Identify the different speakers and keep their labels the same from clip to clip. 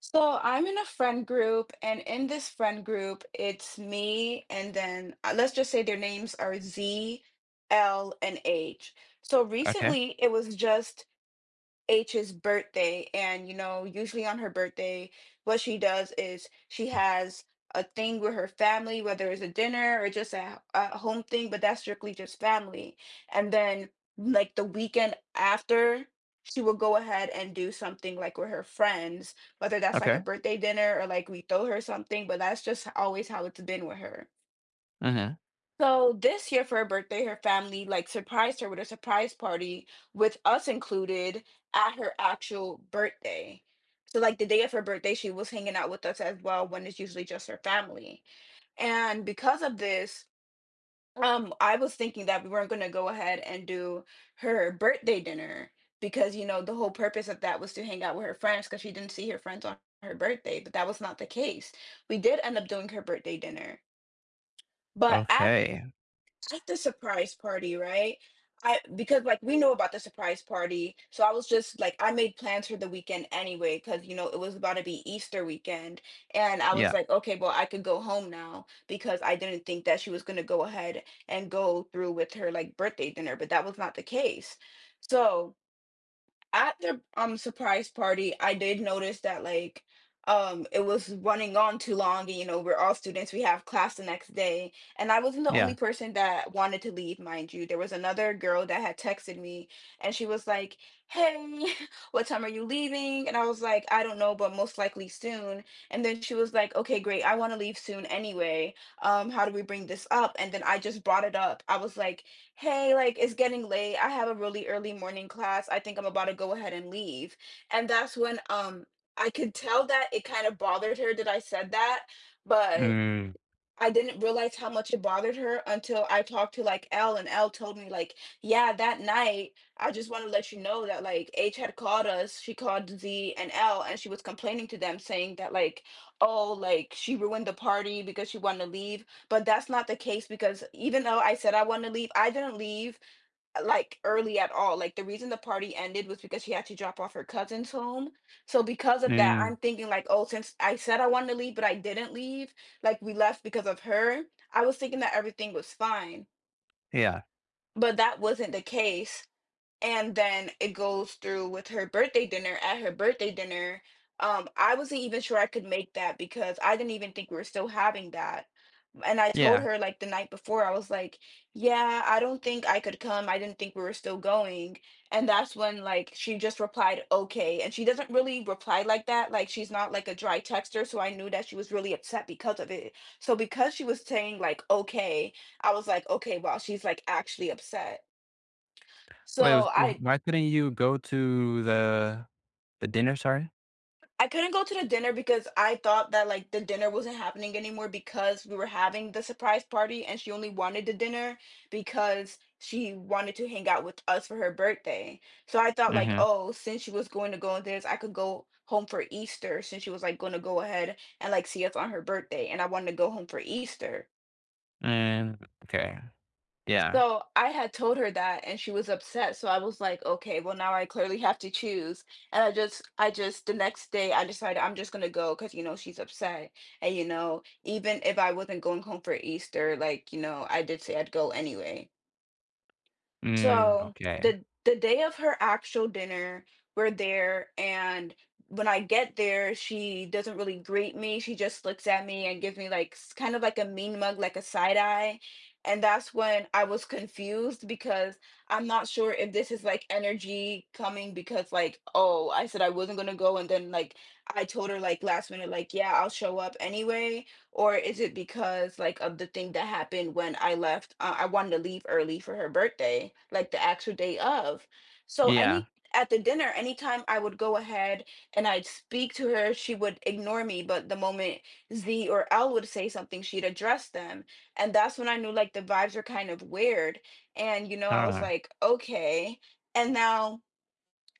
Speaker 1: So I'm in a friend group, and in this friend group, it's me, and then let's just say their names are Z, L, and H. So
Speaker 2: Okay.
Speaker 1: recently, it was just H's birthday. And, you know, usually on her birthday, what she does is she has a thing with her family, whether it's a dinner or just a home thing, but that's strictly just family. And then, like, the weekend after, she will go ahead and do something like with her friends, whether that's like a
Speaker 2: Okay.
Speaker 1: birthday dinner or like we throw her something, but that's just always how it's been with her.
Speaker 2: Uh-huh.
Speaker 1: So this year for her birthday, her family like surprised her with a surprise party with us included at her actual birthday. So like the day of her birthday, she was hanging out with us as well when it's usually just her family. And because of this, I was thinking that we weren't gonna go ahead and do her birthday dinner because you know the whole purpose of that was to hang out with her friends because she didn't see her friends on her birthday, but that was not the case. We did end up doing her birthday dinner. But at
Speaker 2: Okay.
Speaker 1: at the surprise party, right? I because like we know about the surprise party, so I was just like I made plans for the weekend anyway because you know it was about to be Easter weekend, and I
Speaker 2: Yeah.
Speaker 1: was like, okay, well I could go home now because I didn't think that she was gonna go ahead and go through with her like birthday dinner, but that was not the case. So at the surprise party, I did notice that like it was running on too long, and you know we're all students, we have class the next day, and I wasn't the
Speaker 2: Yeah.
Speaker 1: only person that wanted to leave. Mind you, there was another girl that had texted me and she was like, hey, what time are you leaving? And I was like, I don't know, but most likely soon. And then she was like, okay, great, I want to leave soon anyway. How do we bring this up? And then I just brought it up. I was like, "Hey, like, it's getting late. I have a really early morning class. I think I'm about to go ahead and leave." And that's when, I could tell that it kind of bothered her that I said that, but
Speaker 2: Mm.
Speaker 1: I didn't realize how much it bothered her until I talked to, like, Elle, and Elle told me, like, "Yeah, that night, I just wanna let you know that, like, H had called us. She called Z and L, and she was complaining to them saying that, like oh like, she ruined the party because she wanted to leave.' But that's not the case because even though I said I wanted to leave, I didn't leave like early at all. Like the reason the party ended was because she had to drop off her cousin's home. So because of that, I'm
Speaker 2: Mm.
Speaker 1: thinking like, oh, since I said I wanted to leave, but I didn't leave, like we left because of her. I was thinking that everything was fine,
Speaker 2: Yeah.
Speaker 1: but that wasn't the case. And then it goes through with her birthday dinner. At her birthday dinner, I wasn't even sure I could make that because I didn't even think we were still having that. And I told
Speaker 2: Yeah.
Speaker 1: her like the night before, I was like, yeah, I don't think I could come, I didn't think we were still going. And that's when like she just replied okay, and she doesn't really reply like that, like she's not like a dry texter, so I knew that she was really upset because of it. So because she was saying like okay, I was like, okay wow, she's like actually upset.
Speaker 2: Wait,
Speaker 1: so I
Speaker 2: why couldn't you go to the dinner? Sorry.
Speaker 1: I couldn't go to the dinner because I thought that like the dinner wasn't happening anymore because we were having the surprise party and she only wanted the dinner because she wanted to hang out with us for her birthday. So I thought like,
Speaker 2: Mm-hmm.
Speaker 1: oh, since she was going to go on this, I could go home for Easter since she was like going to go ahead and like see us on her birthday and I wanted to go home for Easter.
Speaker 2: Mm. Okay. Yeah.
Speaker 1: So I had told her that and she was upset. So I was like, okay, well now I clearly have to choose. And I just the next day I decided I'm just gonna go because you know she's upset. And you know, even if I wasn't going home for Easter, like, you know, I did say I'd go anyway.
Speaker 2: Mm.
Speaker 1: So
Speaker 2: Okay.
Speaker 1: the day of her actual dinner, we're there, and when I get there, she doesn't really greet me. She just looks at me and gives me like kind of like a mean mug, like a side eye. And that's when I was confused because I'm not sure if this is like energy coming because like, oh, I said I wasn't gonna go, and then like I told her like last minute, like, yeah, I'll show up anyway, or is it because like of the thing that happened when I left? I wanted to leave early for her birthday, like the actual day of. So
Speaker 2: Yeah.
Speaker 1: any At the dinner, anytime I would go ahead and I'd speak to her, she would ignore me. But the moment Z or L would say something, she'd address them. And that's when I knew like the vibes were kind of weird. And you know, I was
Speaker 2: Uh,
Speaker 1: like, okay. And now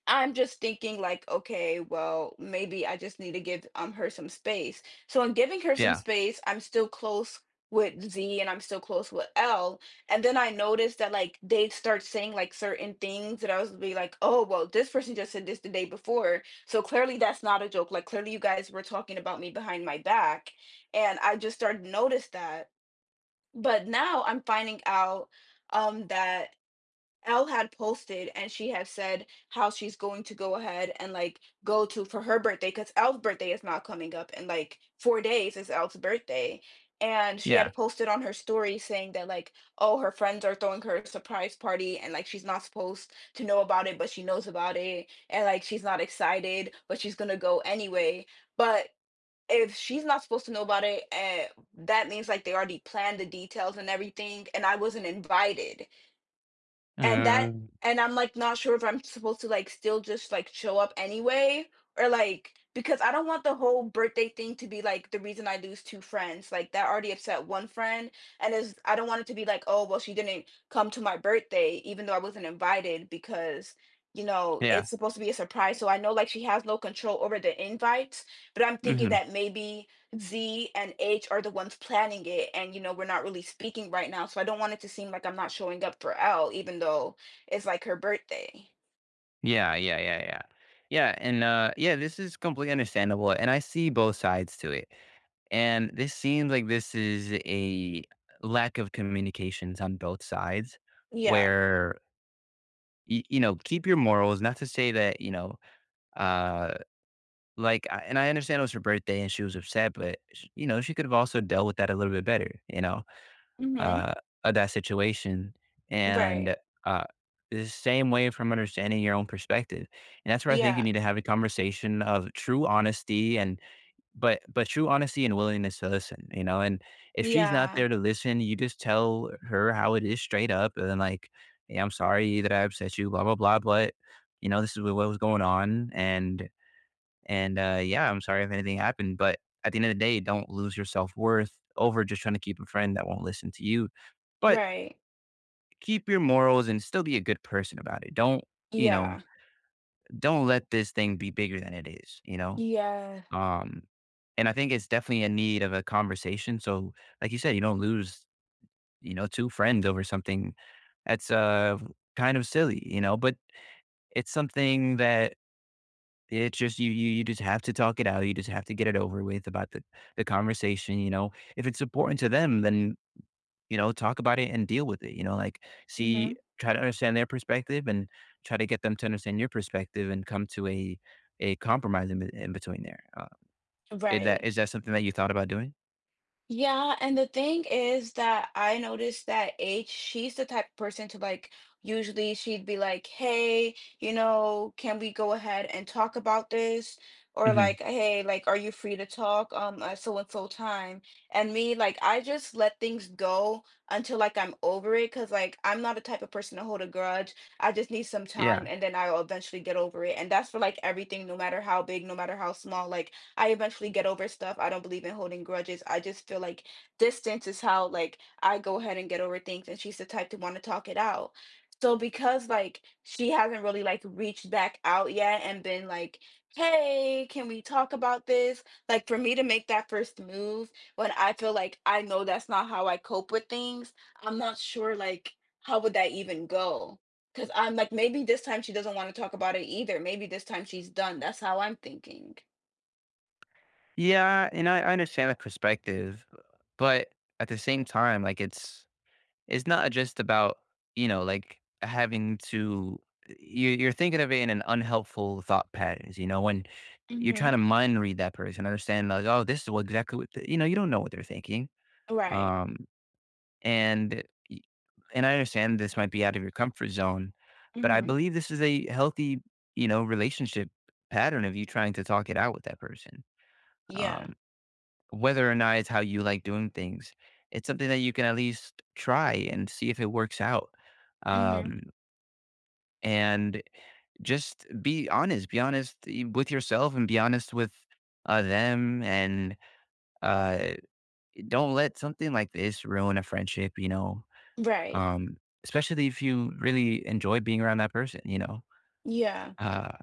Speaker 1: I'm just thinking like, okay, well, maybe I just need to give her some space. So in giving her some
Speaker 2: yeah.
Speaker 1: space, I'm still close with Z and I'm still close with L. And then I noticed that like they would start saying like certain things that I was be like, oh well, this person just said this the day before. So clearly that's not a joke. Like clearly you guys were talking about me behind my back. And I just started to notice that. But now I'm finding out that Elle had posted and she had said how she's going to go ahead and like go to for her birthday because Elle's birthday is not coming up in like 4 days is Elle's birthday. And she
Speaker 2: Yeah.
Speaker 1: had posted on her story saying that like, oh, her friends are throwing her a surprise party and like she's not supposed to know about it, but she knows about it and like she's not excited, but she's gonna go anyway. But if she's not supposed to know about it, that means like they already planned the details and everything, and I wasn't invited. and that
Speaker 2: Mm.
Speaker 1: and I'm like not sure if I'm supposed to like still just like show up anyway, or like because I don't want the whole birthday thing to be like the reason I lose two friends, like that already upset one friend. And is I don't want it to be like, oh well, she didn't come to my birthday even though I wasn't invited because you know
Speaker 2: Yeah.
Speaker 1: it's supposed to be a surprise, so I know like she has no control over the invites. But I'm thinking
Speaker 2: Mm-hmm.
Speaker 1: that maybe Z and H are the ones planning it, and you know, we're not really speaking right now, so I don't want it to seem like I'm not showing up for L, even though it's like her birthday.
Speaker 2: Yeah. Yeah. Yeah. Yeah. Yeah. And yeah, this is completely understandable, and I see both sides to it. And this seems like this is a lack of communications on both sides
Speaker 1: Yeah.
Speaker 2: where you know, keep your morals, not to say that, you know, uh like and I understand it was her birthday and she was upset, but you know, she could have also dealt with that a little bit better, you know,
Speaker 1: Mhm.
Speaker 2: uh of that situation.
Speaker 1: Right.
Speaker 2: And uh the same way from understanding your own perspective, and that's where I think you
Speaker 1: Yeah.
Speaker 2: need to have a conversation of true honesty, and but true honesty and willingness to listen, you know. And if she's not
Speaker 1: Yeah.
Speaker 2: there to listen, you just tell her how it is straight up and then, like, "Hey, I'm sorry that I upset you, blah, blah, blah, but you know, this is what was going on, and yeah, I'm sorry if anything happened. But at the end of the day, don't lose your self worth over just trying to keep a friend that won't listen to you. But
Speaker 1: Right.
Speaker 2: keep your morals and still be a good person about it. Don't, you know,
Speaker 1: Yeah.
Speaker 2: don't let this thing be bigger than it is, you know?"
Speaker 1: Yeah.
Speaker 2: Um, and I think it's definitely a need of a conversation. So, like you said, you don't lose, you know, two friends over something that's kind of silly, you know, but it's something that, it's just, you just have to talk it out. You just have to get it over with, about the conversation, you know. If it's important to them, then, you know, talk about it and deal with it, you know. Like, see,
Speaker 1: Mhm.
Speaker 2: try to understand their perspective and try to get them to understand your perspective and come to a compromise in, in between there. Is that
Speaker 1: Right.
Speaker 2: is that something that you thought about doing?
Speaker 1: Yeah, and the thing is that I noticed that H, she's the type of person to like, usually she'd be like, hey, you know, can we go ahead and talk about this? Or
Speaker 2: Hmm.
Speaker 1: like, hey, like, are you free to talk at so and so time? And me, like, I just let things go until like I'm over it, because like I'm not a type of person to hold a grudge. I just need some time
Speaker 2: Yeah.
Speaker 1: and then I'll eventually get over it. And that's for like everything, no matter how big, no matter how small. Like I eventually get over stuff. I don't believe in holding grudges. I just feel like distance is how like I go ahead and get over things, and she's the type to want to talk it out. So because like she hasn't really like reached back out yet and been like, "Hey, can we talk about this?" Like for me to make that first move when I feel like I know that's not how I cope with things, I'm not sure like how would that even go? Cuz I'm like maybe this time she doesn't want to talk about it either. Maybe this time she's done. That's how I'm thinking.
Speaker 2: Yeah. And I understand that perspective, but at the same time, like, it's not just about, you know, like having to, you, you're thinking of it in an unhelpful thought patterns, you know, when you're trying
Speaker 1: Mhm.
Speaker 2: to mind read that person, understand like, oh, this is what exactly what, the, you know, you don't know what they're thinking.
Speaker 1: Right.
Speaker 2: Um, and, y- and I understand this might be out of your comfort zone, but I
Speaker 1: Mhm.
Speaker 2: believe this is a healthy, you know, relationship pattern of you trying to talk it out with that person.
Speaker 1: Yeah.
Speaker 2: Um, whether or not it's how you like doing things, it's something that you can at least try and see if it works out.
Speaker 1: Mhm.
Speaker 2: Um, and just be honest with yourself and be honest with them. And uh, don't let something like this ruin a friendship, you know.
Speaker 1: Right.
Speaker 2: Um, especially if you really enjoy being around that person, you know.
Speaker 1: Yeah.
Speaker 2: uh,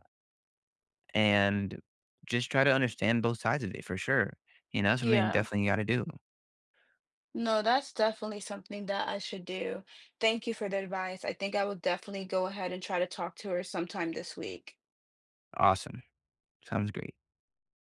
Speaker 2: and just try to understand both sides of it, for sure. You know, that's something
Speaker 1: Yeah.
Speaker 2: definitely you got to do.
Speaker 1: No, that's definitely something that I should do. Thank you for the advice. I think I will definitely go ahead and try to talk to her sometime this week.
Speaker 2: Awesome. Sounds great.